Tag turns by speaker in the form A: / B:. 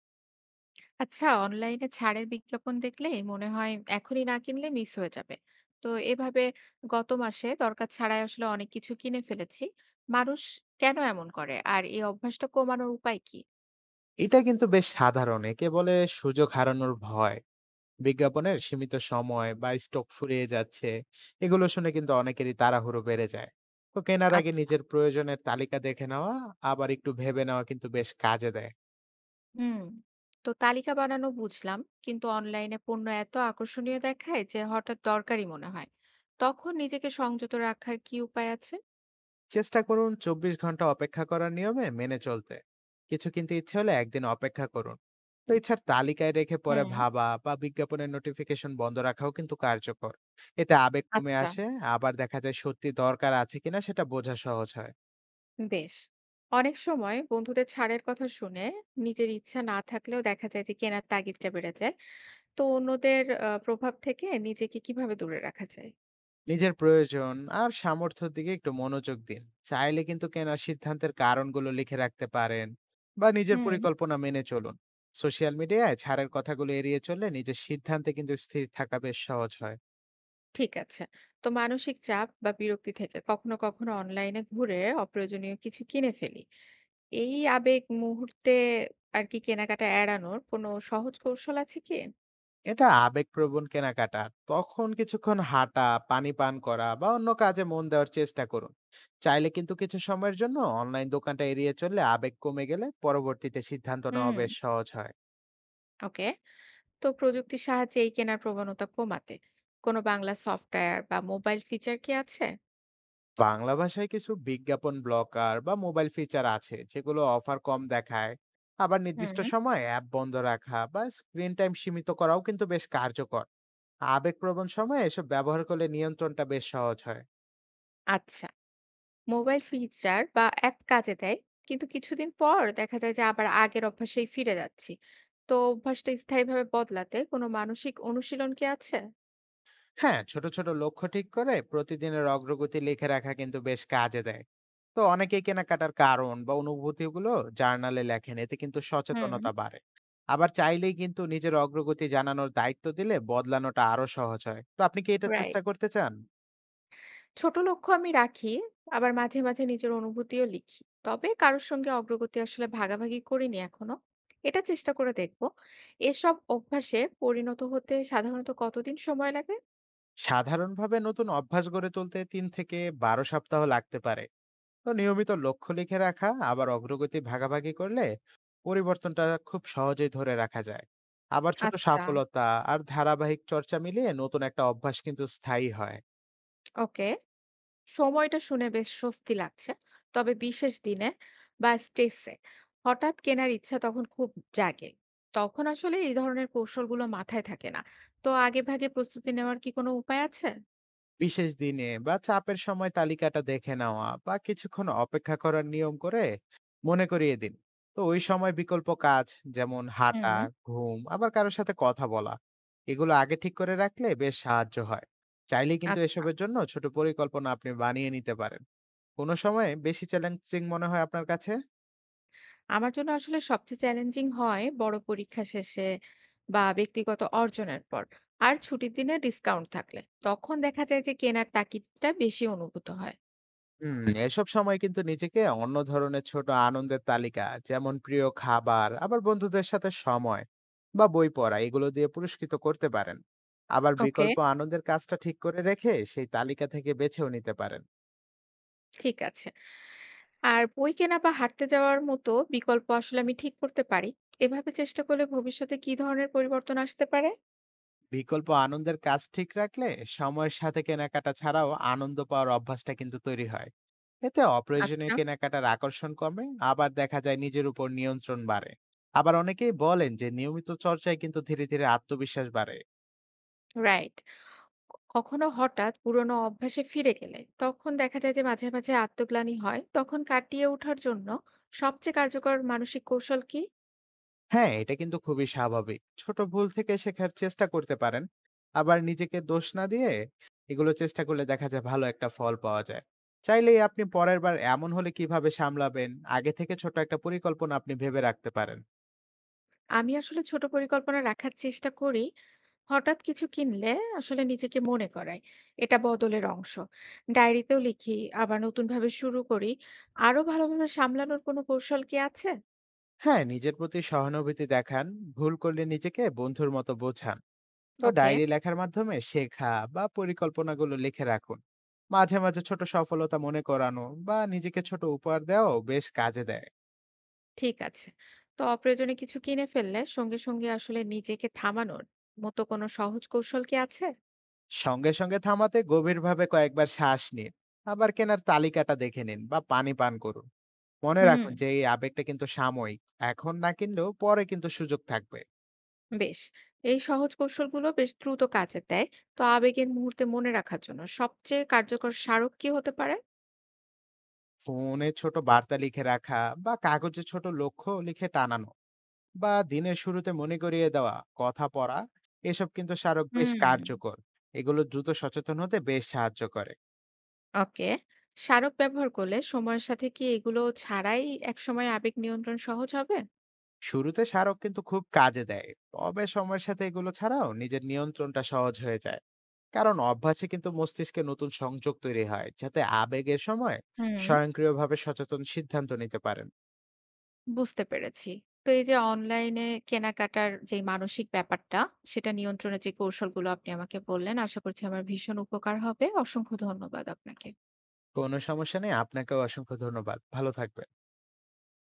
A: আচ্ছা, অনলাইনে ছাড়ের বিজ্ঞাপন দেখলে মনে হয় এখনই না কিনলে মিস হয়ে যাবে। তো এভাবে গত মাসে দরকার ছাড়াই আসলে অনেক কিছু কিনে ফেলেছি। মানুষ কেন এমন করে আর এই অভ্যাসটা কমানোর উপায় কি?
B: এটা কিন্তু বেশ সাধারণ। একে বলে সুযোগ হারানোর ভয়। বিজ্ঞাপনের সীমিত সময় বা স্টক ফুরিয়ে যাচ্ছে, এগুলো শুনে কিন্তু অনেকেরই তাড়াহুড়ো বেড়ে যায়। তো কেনার আগে
A: আচ্ছা।
B: নিজের প্রয়োজনের তালিকা দেখে নেওয়া, আবার একটু ভেবে নেওয়া কিন্তু বেশ কাজে দেয়।
A: হুম। তো তালিকা বানানো বুঝলাম, কিন্তু অনলাইনে পণ্য এত আকর্ষণীয় দেখায় যে হঠাৎ দরকারি মনে হয়। তখন নিজেকে সংযত রাখার কি উপায় আছে?
B: চেষ্টা করুন ২৪ ঘন্টা অপেক্ষা করার নিয়মে মেনে চলতে। কিছু কিনতে ইচ্ছে হলে একদিন অপেক্ষা করুন। তো ইচ্ছার তালিকায় রেখে পরে
A: হুম।
B: ভাবা বা বিজ্ঞাপনের নোটিফিকেশন বন্ধ রাখাও কিন্তু কার্যকর। এতে আবেগ কমে
A: আচ্ছা।
B: আসে, আবার দেখা যায় সত্যি দরকার আছে কিনা সেটা বোঝা সহজ হয়।
A: বেশ! অনেক সময় বন্ধুদের ছাড়ের কথা শুনে নিজের ইচ্ছা না থাকলেও দেখা যায় যে কেনার তাগিদটা বেড়ে যায়। তো অন্যদের প্রভাব থেকে নিজেকে কিভাবে দূরে রাখা যায়?
B: নিজের প্রয়োজন আর সামর্থ্যের দিকে একটু মনোযোগ দিন। চাইলে কিন্তু কেনার সিদ্ধান্তের কারণগুলো লিখে রাখতে পারেন বা নিজের
A: হুম।
B: পরিকল্পনা মেনে চলুন। সোশ্যাল মিডিয়ায় ছাড়ের কথাগুলো এড়িয়ে চললে নিজের সিদ্ধান্তে কিন্তু স্থির থাকা বেশ সহজ হয়।
A: ঠিক আছে। তো মানসিক চাপ বা বিরক্তি থেকে কখনো, কখনো অনলাইনে ঘুরে অপ্রয়োজনীয় কিছু কিনে ফেলি। এই আবেগ মুহূর্তে আর কি কেনাকাটা এড়ানোর কোনো সহজ কৌশল আছে কি?
B: এটা আবেগপ্রবণ কেনাকাটা। তখন কিছুক্ষণ হাঁটা, পানি পান করা বা অন্য কাজে মন দেওয়ার চেষ্টা করুন। চাইলে কিন্তু কিছু সময়ের জন্য অনলাইন দোকানটা এড়িয়ে চললে আবেগ কমে গেলে পরবর্তীতে সিদ্ধান্ত নেওয়া
A: হুম।
B: বেশ সহজ হয়।
A: ওকে। তো প্রযুক্তির সাহায্যে এই কেনার প্রবণতা কমাতে কোনো বাংলা সফটওয়্যার বা মোবাইল ফিচার কি আছে?
B: বাংলা ভাষায় কিছু বিজ্ঞাপন ব্লকার বা মোবাইল ফিচার আছে যেগুলো অফার কম দেখায়। আবার নির্দিষ্ট
A: হুম,
B: সময় অ্যাপ বন্ধ রাখা বা স্ক্রিন টাইম সীমিত করাও কিন্তু বেশ কার্যকর। আবেগপ্রবণ সময়ে এসব ব্যবহার করলে নিয়ন্ত্রণটা বেশ সহজ হয়।
A: আচ্ছা। মোবাইল ফিচার বা অ্যাপ কাজে দেয়, কিন্তু কিছুদিন পর দেখা যায় যে আবার আগের অভ্যাসেই ফিরে যাচ্ছি। তো অভ্যাসটা স্থায়ীভাবে বদলাতে কোনো মানসিক অনুশীলন কি আছে?
B: হ্যাঁ, ছোট ছোট লক্ষ্য ঠিক করে প্রতিদিনের অগ্রগতি লিখে রাখা কিন্তু বেশ কাজে দেয়। তো অনেকেই কেনাকাটার কারণ বা অনুভূতিগুলো জার্নালে লেখেন, এতে কিন্তু
A: হুম,
B: সচেতনতা বাড়ে। আবার চাইলেই কিন্তু নিজের অগ্রগতি জানানোর দায়িত্ব দিলে বদলানোটা আরো সহজ হয়। তো আপনি কি এটা চেষ্টা
A: রাইট।
B: করতে চান?
A: ছোট লক্ষ্য আমি রাখি, আবার মাঝে, মাঝে নিজের অনুভূতিও লিখি। তবে কারোর সঙ্গে অগ্রগতি আসলে ভাগাভাগি করিনি এখনো। এটা চেষ্টা করে দেখব। এসব অভ্যাসে পরিণত হতে সাধারণত কতদিন সময় লাগে?
B: সাধারণভাবে নতুন অভ্যাস গড়ে তুলতে ৩ থেকে ১২ সপ্তাহ লাগতে পারে। তো নিয়মিত লক্ষ্য লিখে রাখা, আবার অগ্রগতি ভাগাভাগি করলে পরিবর্তনটা খুব সহজেই ধরে রাখা যায়। আবার ছোট
A: আচ্ছা,
B: সফলতা আর ধারাবাহিক চর্চা মিলিয়ে নতুন একটা অভ্যাস কিন্তু স্থায়ী হয়।
A: ওকে। সময়টা শুনে বেশ স্বস্তি লাগছে। তবে বিশেষ দিনে বা স্ট্রেসে হঠাৎ কেনার ইচ্ছা তখন খুব জাগে। তখন আসলে এই ধরনের কৌশলগুলো মাথায় থাকে না। তো আগেভাগে প্রস্তুতি নেওয়ার কি কোনো উপায় আছে?
B: বিশেষ দিনে বা চাপের সময় তালিকাটা দেখে নেওয়া বা কিছুক্ষণ অপেক্ষা করার নিয়ম করে মনে করিয়ে দিন। তো ওই সময় বিকল্প কাজ, যেমন
A: হুম।
B: হাঁটা, ঘুম, আবার কারোর সাথে কথা বলা, এগুলো আগে ঠিক করে রাখলে বেশ সাহায্য হয়। চাইলে কিন্তু
A: আচ্ছা।
B: এসবের জন্য ছোট পরিকল্পনা আপনি বানিয়ে নিতে পারেন। কোনো সময়ে বেশি চ্যালেঞ্জিং মনে হয় আপনার কাছে?
A: আমার জন্য আসলে সবচেয়ে চ্যালেঞ্জিং হয় বড় পরীক্ষা শেষে বা ব্যক্তিগত অর্জনের পর। আর ছুটির দিনে ডিসকাউন্ট থাকলে তখন দেখা যায় যে কেনার তাগিদটা বেশি অনুভূত হয়।
B: হুম, এসব সময় কিন্তু নিজেকে অন্য ধরনের ছোট আনন্দের তালিকা, যেমন প্রিয় খাবার, আবার বন্ধুদের সাথে সময় বা বই পড়া, এগুলো দিয়ে পুরস্কৃত করতে পারেন। আবার
A: ওকে,
B: বিকল্প আনন্দের কাজটা ঠিক করে রেখে সেই তালিকা থেকে বেছেও নিতে পারেন।
A: ঠিক আছে। আর বই কেনা বা হাঁটতে যাওয়ার মতো বিকল্প আসলে আমি ঠিক করতে পারি। এভাবে চেষ্টা করলে ভবিষ্যতে কি ধরনের পরিবর্তন আসতে পারে?
B: বিকল্প আনন্দের কাজ ঠিক রাখলে সময়ের সাথে কেনাকাটা ছাড়াও আনন্দ পাওয়ার অভ্যাসটা কিন্তু তৈরি হয়। এতে অপ্রয়োজনীয়
A: আচ্ছা,
B: কেনাকাটার আকর্ষণ কমে, আবার দেখা যায় নিজের উপর নিয়ন্ত্রণ বাড়ে। আবার অনেকেই বলেন যে নিয়মিত চর্চায় কিন্তু ধীরে ধীরে আত্মবিশ্বাস বাড়ে।
A: রাইট। কখনো হঠাৎ পুরোনো অভ্যাসে ফিরে গেলে তখন দেখা যায় যে মাঝে, মাঝে আত্মগ্লানি হয়। তখন কাটিয়ে ওঠার জন্য সবচেয়ে কার্যকর মানসিক কৌশল কি?
B: হ্যাঁ, এটা কিন্তু খুবই স্বাভাবিক। ছোট ভুল থেকে শেখার চেষ্টা করতে পারেন, আবার নিজেকে দোষ না দিয়ে এগুলো চেষ্টা করলে দেখা যায় ভালো একটা ফল পাওয়া যায়। চাইলেই আপনি পরের বার এমন হলে কিভাবে সামলাবেন, আগে থেকে ছোট একটা পরিকল্পনা আপনি ভেবে রাখতে পারেন।
A: আমি আসলে ছোট পরিকল্পনা রাখার চেষ্টা করি। হঠাৎ কিছু কিনলে আসলে নিজেকে মনে করাই, এটা বদলের অংশ। ডায়েরিতেও লিখি, আবার নতুনভাবে শুরু করি। আরো ভালোভাবে সামলানোর কোনো কৌশল কি আছে?
B: হ্যাঁ, নিজের প্রতি সহানুভূতি দেখান। ভুল করলে নিজেকে বন্ধুর মতো বোঝান। তো
A: ওকে,
B: ডায়েরি লেখার মাধ্যমে শেখা বা পরিকল্পনাগুলো লিখে রাখুন। মাঝে মাঝে ছোট সফলতা মনে করানো বা নিজেকে ছোট উপহার দেওয়াও বেশ কাজে দেয়।
A: ঠিক আছে। তো অপ্রয়োজনে কিছু কিনে ফেললে সঙ্গে, সঙ্গে আসলে নিজেকে থামানোর মতো কোনো সহজ কৌশল কি আছে?
B: সঙ্গে সঙ্গে থামাতে গভীরভাবে কয়েকবার শ্বাস নিন। আবার কেনার তালিকাটা দেখে নিন বা পানি পান করুন। মনে
A: হুম।
B: রাখুন যে এই আবেগটা কিন্তু সাময়িক, এখন না কিনলেও পরে কিন্তু সুযোগ থাকবে।
A: বেশ। এই সহজ কৌশলগুলো বেশ দ্রুত কাজে দেয়। তো আবেগের মুহূর্তে মনে রাখার জন্য সবচেয়ে কার্যকর স্মারক কি হতে পারে?
B: ফোনে ছোট বার্তা লিখে রাখা, বা কাগজে ছোট লক্ষ্য লিখে টানানো, বা দিনের শুরুতে মনে করিয়ে দেওয়া, কথা পড়া, এসব কিন্তু স্মারক বেশ
A: হুম।
B: কার্যকর। এগুলো দ্রুত সচেতন হতে বেশ সাহায্য করে।
A: ওকে। স্মারক ব্যবহার করলে সময়ের সাথে কি এগুলো ছাড়াই একসময় আবেগ নিয়ন্ত্রণ সহজ হবে?
B: শুরুতে স্মারক কিন্তু খুব কাজে দেয়। তবে সময়ের সাথে এগুলো ছাড়াও নিজের নিয়ন্ত্রণটা সহজ হয়ে যায়। কারণ অভ্যাসে কিন্তু মস্তিষ্কে নতুন সংযোগ তৈরি হয়, যাতে আবেগের সময়
A: হুম।
B: স্বয়ংক্রিয়ভাবে সচেতন সিদ্ধান্ত নিতে পারেন।
A: বুঝতে পেরেছি। তো এই যে অনলাইনে কেনাকাটার যে মানসিক ব্যাপারটা, সেটা নিয়ন্ত্রণের যে কৌশলগুলো আপনি আমাকে বললেন, আশা করছি আমার ভীষণ উপকার হবে। অসংখ্য ধন্যবাদ আপনাকে।
B: কোনো সমস্যা নেই। আপনাকেও অসংখ্য ধন্যবাদ। ভালো থাকবেন।